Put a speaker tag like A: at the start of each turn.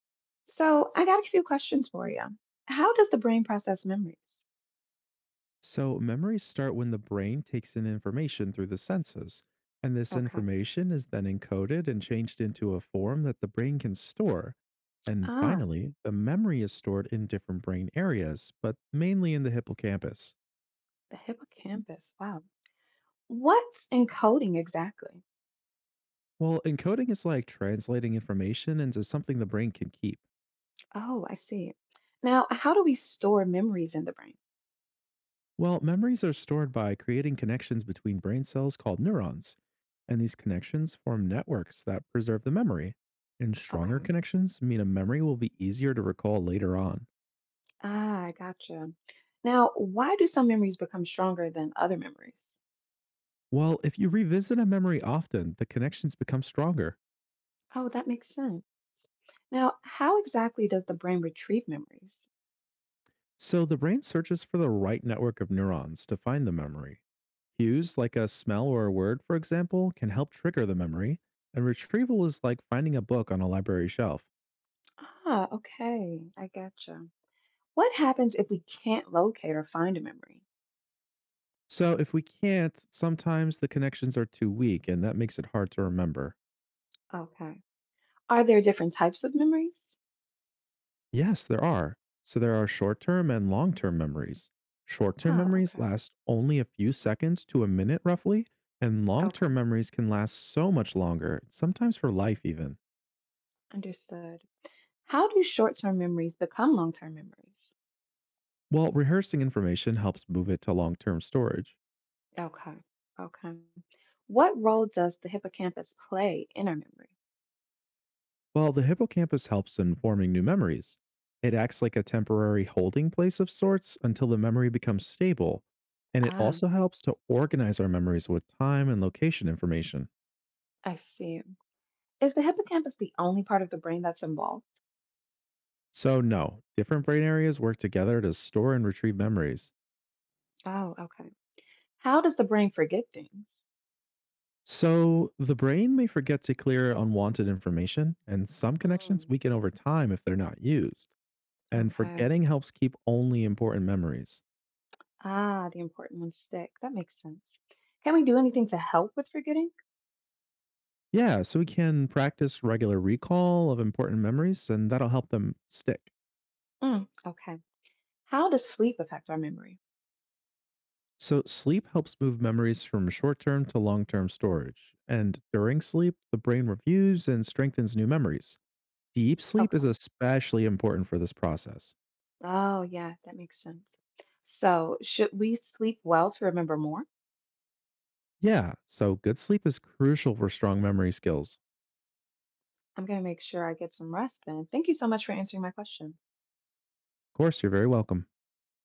A: So, I got a few questions for you. How does the brain process memories?
B: So, memories start when the brain takes in information through the senses, and this
A: Okay.
B: information is then encoded and changed into a form that the brain can store. And
A: Ah,
B: finally, the memory is stored in different brain areas, but mainly in the hippocampus.
A: the hippocampus. Wow. What's encoding exactly?
B: Well, encoding is like translating information into something the brain can keep.
A: Oh, I see. Now, how do we store memories in the brain?
B: Well, memories are stored by creating connections between brain cells called neurons, and these connections form networks that preserve the memory. And stronger
A: Okay.
B: connections mean a memory will be easier to recall later on.
A: Ah, I gotcha. Now, why do some memories become stronger than other memories?
B: Well, if you revisit a memory often, the connections become stronger.
A: Oh, that makes sense. Now, how exactly does the brain retrieve memories?
B: So the brain searches for the right network of neurons to find the memory. Cues like a smell or a word, for example, can help trigger the memory, and retrieval is like finding a book on a library shelf.
A: Ah, okay. I gotcha. What happens if we can't locate or find a memory?
B: So if we can't, sometimes the connections are too weak and that makes it hard to remember.
A: Okay. Are there different types of memories?
B: Yes, there are. So there are short term and long term memories. Short term
A: Wow,
B: memories
A: okay.
B: last only a few seconds to a minute roughly, and long
A: Okay.
B: term memories can last so much longer, sometimes for life even.
A: Understood. How do short-term memories become long-term memories?
B: Well, rehearsing information helps move it to long term storage.
A: Okay. Okay. What role does the hippocampus play in our memory?
B: Well, the hippocampus helps in forming new memories. It acts like a temporary holding place of sorts until the memory becomes stable, and it
A: Ah,
B: also helps to organize our memories with time and location information.
A: I see. Is the hippocampus the only part of the brain that's involved?
B: So, no, different brain areas work together to store and retrieve memories.
A: Oh, okay. How does the brain forget things?
B: So, the brain may forget to clear unwanted information, and some connections
A: Mm,
B: weaken over time if they're not used. And
A: okay.
B: forgetting helps keep only important memories.
A: Ah, the important ones stick. That makes sense. Can we do anything to help with forgetting?
B: Yeah, so we can practice regular recall of important memories, and that'll help them stick.
A: Mm, okay. How does sleep affect our memory?
B: So, sleep helps move memories from short term to long term storage. And during sleep, the brain reviews and strengthens new memories. Deep sleep is
A: Okay.
B: especially important for this process.
A: Oh, yeah, that makes sense. So, should we sleep well to remember more?
B: Yeah, so good sleep is crucial for strong memory skills.
A: I'm going to make sure I get some rest then. Thank you so much for answering my question.
B: Of course, you're very welcome.